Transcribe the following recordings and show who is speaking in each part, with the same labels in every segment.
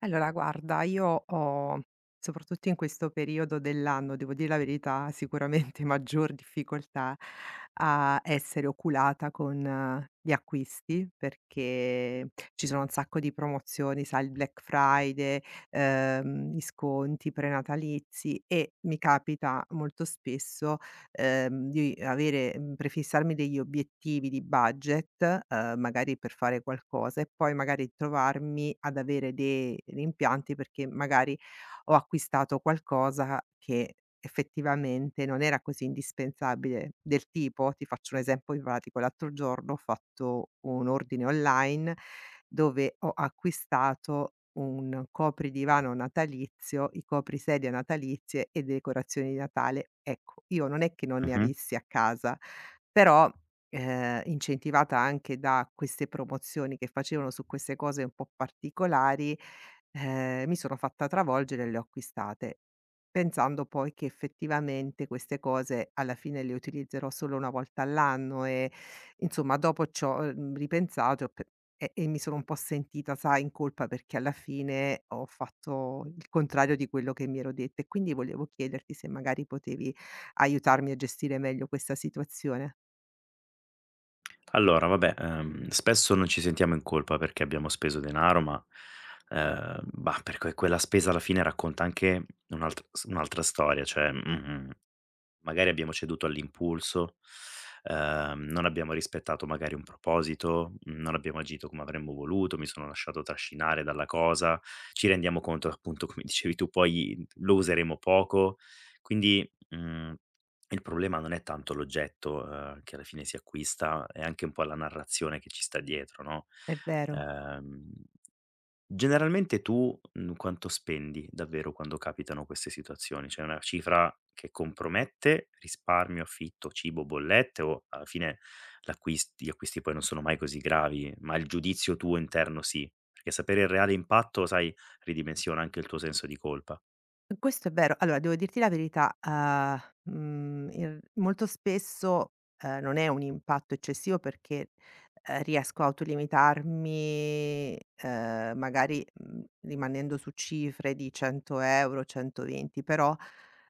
Speaker 1: Allora guarda, io ho soprattutto in questo periodo dell'anno, devo dir la verità, sicuramente maggior difficoltà a essere oculata con gli acquisti, perché ci sono un sacco di promozioni, sai, il Black Friday, gli sconti prenatalizi. E mi capita molto spesso di avere prefissarmi degli obiettivi di budget, magari per fare qualcosa e poi magari trovarmi ad avere dei rimpianti perché magari ho acquistato qualcosa che effettivamente non era così indispensabile. Del tipo, ti faccio un esempio in pratico, l'altro giorno ho fatto un ordine online dove ho acquistato un copridivano natalizio, i coprisedie natalizie e decorazioni di Natale. Ecco, io non è che non ne
Speaker 2: Mh-mh.
Speaker 1: avessi a casa, però incentivata anche da queste promozioni che facevano su queste cose un po' particolari, mi sono fatta travolgere e le ho acquistate. Pensando poi che effettivamente queste cose alla fine le utilizzerò solo 1 volta all'anno e insomma dopo c'ho, ripensato e ho pe e mi sono un po' sentita, sai, in colpa perché alla fine ho fatto il contrario di quello che mi ero detta e quindi volevo chiederti se magari potevi aiutarmi a gestire meglio questa situazione.
Speaker 2: Allora vabbè, spesso non ci sentiamo in colpa perché abbiamo speso denaro, ma, perché quella spesa alla fine racconta anche un'altra storia, cioè mh-mh. Magari abbiamo ceduto all'impulso, non abbiamo rispettato magari un proposito, non abbiamo agito come avremmo voluto, mi sono lasciato trascinare dalla cosa, ci rendiamo conto appunto, come dicevi tu, poi lo useremo poco. Quindi, il problema non è tanto l'oggetto, che alla fine si acquista, è anche un po' la narrazione che ci sta dietro, no.
Speaker 1: È vero.
Speaker 2: ehm Generalmente tu, quanto spendi davvero quando capitano queste situazioni? C'è una cifra che compromette risparmio, affitto, cibo, bollette o alla fine l'acquis gli acquisti poi non sono mai così gravi, ma il giudizio tuo interno sì? Perché sapere il reale impatto, sai, ridimensiona anche il tuo senso di colpa.
Speaker 1: Questo è vero. Allora devo dirti la verità, in molto spesso, non è un impatto eccessivo perché, riesco a autolimitarmi, magari, rimanendo su cifre di 100 €, 120, però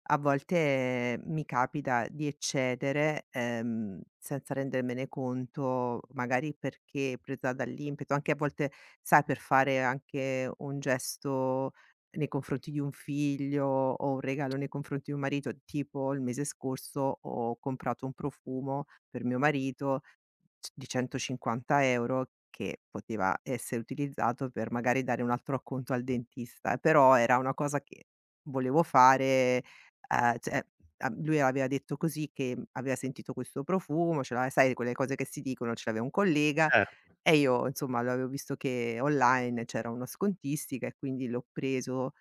Speaker 1: a volte mi capita di eccedere, senza rendermene conto, magari perché presa dall'impeto, anche a volte sai per fare anche un gesto nei confronti di un figlio o un regalo nei confronti di un marito. Tipo il mese scorso ho comprato un profumo per mio marito c di 150 € che poteva essere utilizzato per magari dare un altro acconto al dentista, però era una cosa che volevo fare, cioè a lui aveva detto così che aveva sentito questo profumo, ce l'ave sai quelle cose che si dicono, ce l'aveva un collega
Speaker 2: Cer
Speaker 1: e io insomma l'avevo visto che online c'era una scontistica e quindi l'ho preso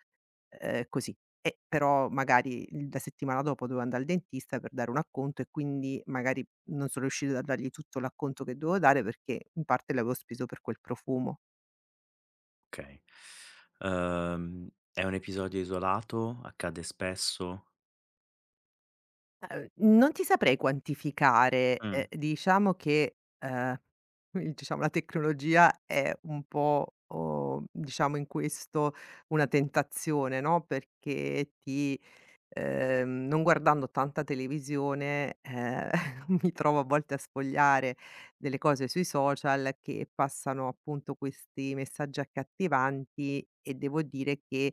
Speaker 1: Così. E però magari il la settimana dopo dovevo andare al dentista per dare un acconto e quindi magari non sono riuscita a dargli tutto l'acconto che dovevo dare perché in parte l'avevo speso per quel profumo.
Speaker 2: Okay. Uhm, è un episodio isolato? Accade spesso?
Speaker 1: Ehm, non ti saprei quantificare,
Speaker 2: Mh,
Speaker 1: diciamo che, ehm, il diciamo la tecnologia è un po', diciamo in questo una tentazione, no, perché ti non guardando tanta televisione, mi trovo a volte a sfogliare delle cose sui social che passano appunto questi messaggi accattivanti. E devo dire che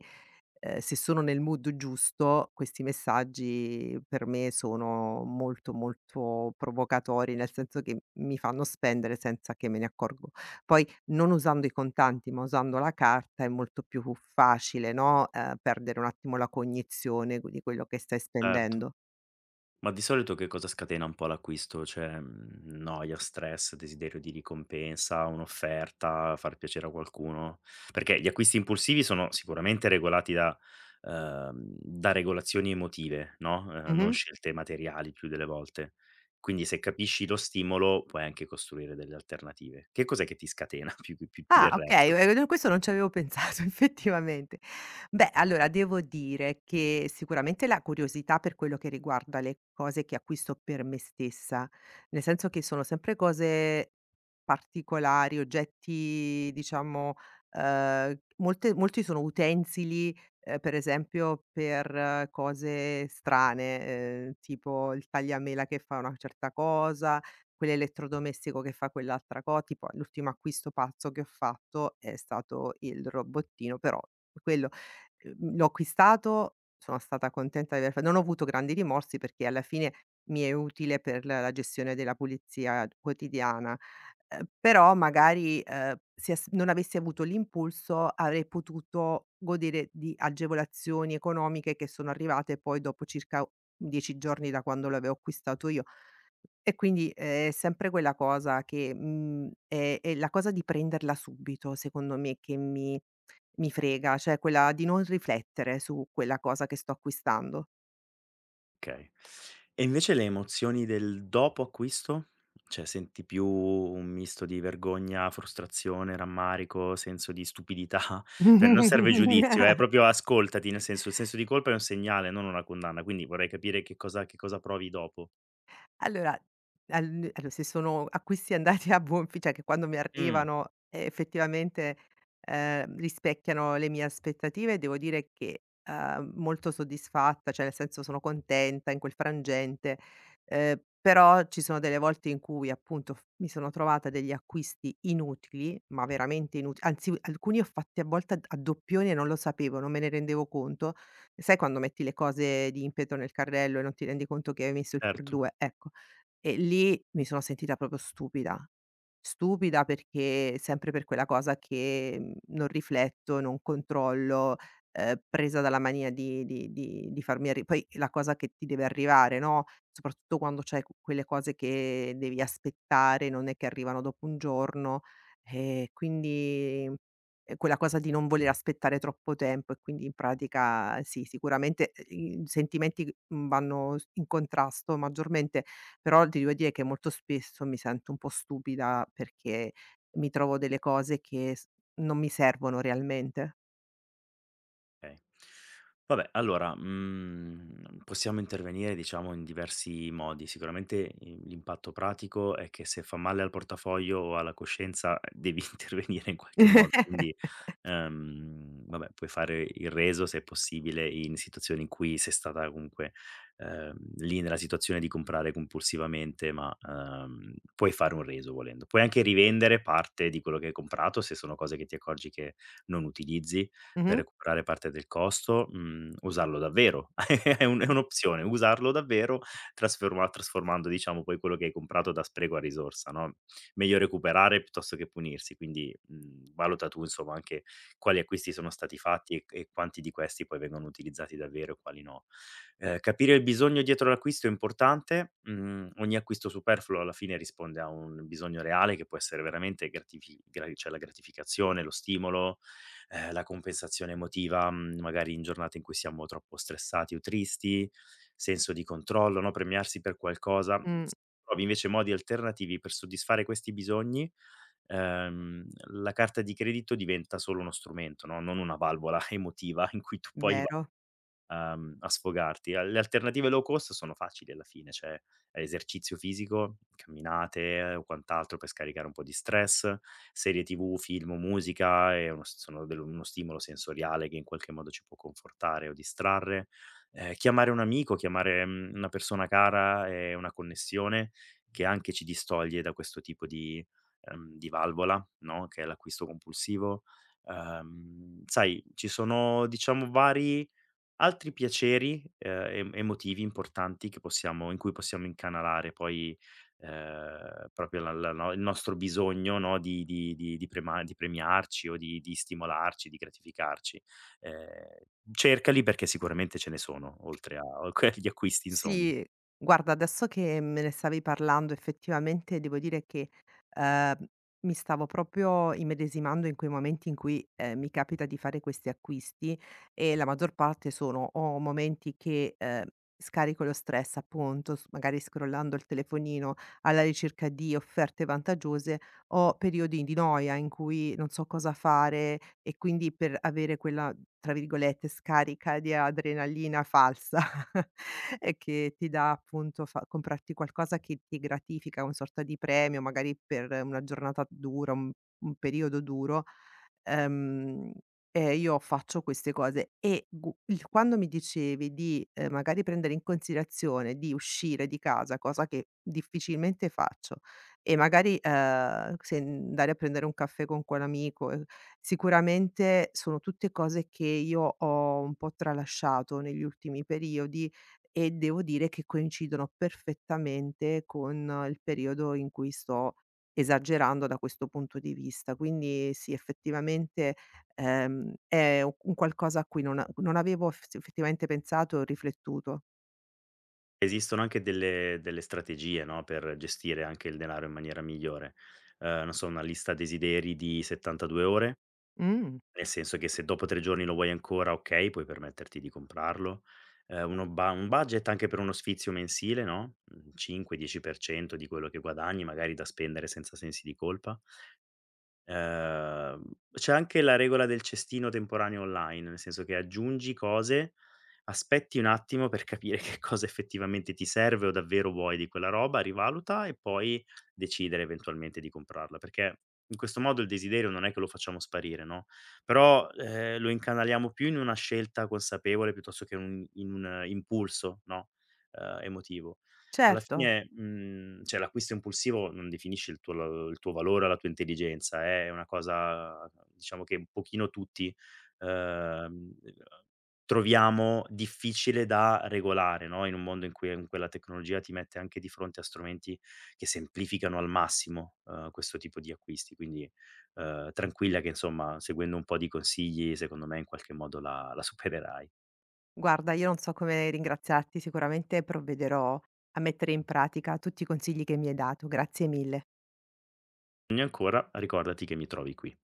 Speaker 1: se sono nel mood giusto, questi messaggi per me sono molto, molto provocatori, nel senso che mi fanno spendere senza che me ne accorgo. Poi non usando i contanti, ma usando la carta è molto più facile, no, perdere un attimo la cognizione q di quello che stai
Speaker 2: certo.
Speaker 1: spendendo.
Speaker 2: Ma di solito che cosa scatena un po' l'acquisto? Cioè, noia, stress, desiderio di ricompensa, un'offerta, far piacere a qualcuno? Perché gli acquisti impulsivi sono sicuramente regolati da uhm, da regolazioni emotive, no, non
Speaker 1: Mh-mh.
Speaker 2: scelte materiali più delle volte. Quindi se capisci lo stimolo puoi anche costruire delle alternative. Che cos'è che ti scatena più
Speaker 1: Ah,
Speaker 2: del
Speaker 1: okay,
Speaker 2: resto?
Speaker 1: questo non ci avevo pensato effettivamente. Beh, allora devo dire che sicuramente la curiosità per quello che riguarda le cose che acquisto per me stessa, nel senso che sono sempre cose particolari, oggetti diciamo, molte molti sono utensili, per esempio per cose strane, tipo il tagliamela che fa una certa cosa, quell'elettrodomestico che fa quell'altra co tipo. L'ultimo acquisto pazzo che ho fatto è stato il robottino, però quello, l'ho acquistato, sono stata contenta di aver fa non ho avuto grandi rimorsi perché alla fine mi è utile per la gestione della pulizia quotidiana, però magari, se as non avessi avuto l'impulso avrei potuto godere di agevolazioni economiche che sono arrivate poi dopo circa 10 giorni da quando l'avevo acquistato io. E quindi è sempre quella cosa che, è la cosa di prenderla subito, secondo me, che mi frega, cioè quella di non riflettere su quella cosa che sto acquistando.
Speaker 2: Okay. E invece le emozioni del dopo acquisto? Cioè senti più un misto di vergogna, frustrazione, rammarico, senso di stupidità? Cioè non serve giudizio, proprio ascoltati, nel senso il senso di colpa è un segnale, non una condanna, quindi vorrei capire che cosa provi dopo.
Speaker 1: Allora al allo se sono acquisti andati a buon fi cioè che quando mi
Speaker 2: Mh,
Speaker 1: arrivano, effettivamente, rispecchiano le mie aspettative, devo dire che, molto soddisfatta, cioè nel senso sono contenta in quel frangente, però ci sono delle volte in cui appunto f mi sono trovata degli acquisti inutili, ma veramente inuti anzi alcuni ho fatti a volte a doppioni e non lo sapevo, non me ne rendevo conto. Sai quando metti le cose di impeto nel carrello e non ti rendi conto che hai messo il pour
Speaker 2: certo.
Speaker 1: 2? Ecco. E lì mi sono sentita proprio stupida. Stupida perché sempre per quella cosa che, non rifletto, non controllo, presa dalla mania di farmi arri poi la cosa che ti deve arrivare, no, soprattutto quando c'hai q quelle cose che devi aspettare, non è che arrivano dopo un giorno, e quindi, quella cosa di non voler aspettare troppo tempo e quindi in pratica sì, sicuramente, i sentimenti, vanno s in contrasto maggiormente. Però ti devo dire che molto spesso mi sento un po' stupida perché mi trovo delle cose che s non mi servono realmente.
Speaker 2: Okay. Vabbè, allora, possiamo intervenire diciamo in diversi modi. Sicuramente i l'impatto pratico è che se fa male al portafoglio o alla coscienza, devi intervenire in qualche modo, quindi, vabbè puoi fare il reso se è possibile in situazioni in cui sei stata comunque, lì nella situazione di comprare compulsivamente, ma, puoi fare un reso volendo. Puoi anche rivendere parte di quello che hai comprato se sono cose che ti accorgi che non utilizzi per
Speaker 1: Mh-mh.
Speaker 2: recuperare parte del costo, usarlo davvero. È un'opzione, usarlo davvero trasferma trasformando diciamo poi quello che hai comprato da spreco a risorsa, no, meglio recuperare piuttosto che punirsi. Quindi, valuta tu insomma anche quali acquisti sono stati fatti e quanti di questi poi vengono utilizzati davvero e quali no. Capire il bisogno dietro l'acquisto è importante, ogni acquisto superfluo alla fine risponde a un bisogno reale che può essere veramente gratifi gra cioè la gratificazione, lo stimolo, la compensazione emotiva, magari in giornate in cui siamo troppo stressati o tristi, senso di controllo, no, premiarsi per qualcosa. Mhmm,
Speaker 1: Mh,
Speaker 2: se trovi invece modi alternativi per soddisfare questi bisogni, ehm, la carta di credito diventa solo uno strumento, no, non una valvola emotiva in cui tu poi va
Speaker 1: vero.
Speaker 2: a sfogarti. A le alternative low cost sono facili alla fine, cioè, esercizio fisico, camminate o quant'altro per scaricare un po' di stress, serie TV, film o musica è uno s sono dello uno stimolo sensoriale che in qualche modo ci può confortare o distrarre. Chiamare un amico, chiamare, una persona cara è una connessione che anche ci distoglie da questo tipo di valvola, no, che è l'acquisto compulsivo. Sai, ci sono diciamo vari altri piaceri, emotivi importanti che possiamo in cui possiamo incanalare poi, proprio la no il nostro bisogno, no, di prema di premiarci o di stimolarci, di gratificarci. Ehm, cercali perché sicuramente ce ne sono, oltre a quegli acquisti insomma.
Speaker 1: Sì, guarda, adesso che me ne stavi parlando effettivamente devo dire che, ehm, mi stavo proprio immedesimando in quei momenti in cui, mi capita di fare questi acquisti e la maggior parte sono o momenti che, scarico lo stress appunto, s magari scrollando il telefonino alla ricerca di offerte vantaggiose, o periodi di noia in cui non so cosa fare e quindi per avere quella, tra virgolette, "scarica di adrenalina falsa". E che ti dà appunto, fa comprarti qualcosa che ti gratifica, un sorta di premio, magari per una giornata dura, un periodo duro. Ehm, e io faccio queste cose e gu il quando mi dicevi di, magari prendere in considerazione di uscire di casa, cosa che difficilmente faccio, e magari, se andare a prendere un caffè con quell'amico, sicuramente sono tutte cose che io ho un po' tralasciato negli ultimi periodi e devo dire che coincidono perfettamente con il periodo in cui sto esagerando da questo punto di vista. Quindi sì, effettivamente, è u un qualcosa a cui non avevo eff sì, effettivamente pensato e riflettuto.
Speaker 2: Esistono anche delle strategie, no, per gestire anche il denaro in maniera migliore. Non so, una lista desideri di 72 ore?
Speaker 1: Mh.
Speaker 2: Nel senso che se dopo 3 giorni lo vuoi ancora, okay, puoi permetterti di comprarlo. Uno ba un budget anche per uno sfizio mensile, no, 5, 10% di quello che guadagni, magari da spendere senza sensi di colpa. Ehm, c'è anche la regola del cestino temporaneo online, nel senso che aggiungi cose, aspetti un attimo per capire che cosa effettivamente ti serve o davvero vuoi di quella roba, rivaluta e poi decidere eventualmente di comprarla, perché in questo modo il desiderio non è che lo facciamo sparire, no, però, lo incanaliamo più in una scelta consapevole piuttosto che un impulso, no, emotivo. Alla
Speaker 1: Certo,
Speaker 2: fine, mhmm, cioè l'acquisto impulsivo non definisce il tuo valore o la tua intelligenza, è una cosa diciamo che un pochino tutti, ehm, troviamo difficile da regolare, no, in un mondo in cui comunque la tecnologia ti mette anche di fronte a strumenti che semplificano al massimo, questo tipo di acquisti. Quindi, tranquilla che insomma seguendo un po' di consigli, secondo me in qualche modo la supererai.
Speaker 1: guarda, io non so come ringraziarti, sicuramente provvederò a mettere in pratica tutti i consigli che mi hai dato. Grazie mille.
Speaker 2: Ancora ricordati che mi trovi qui.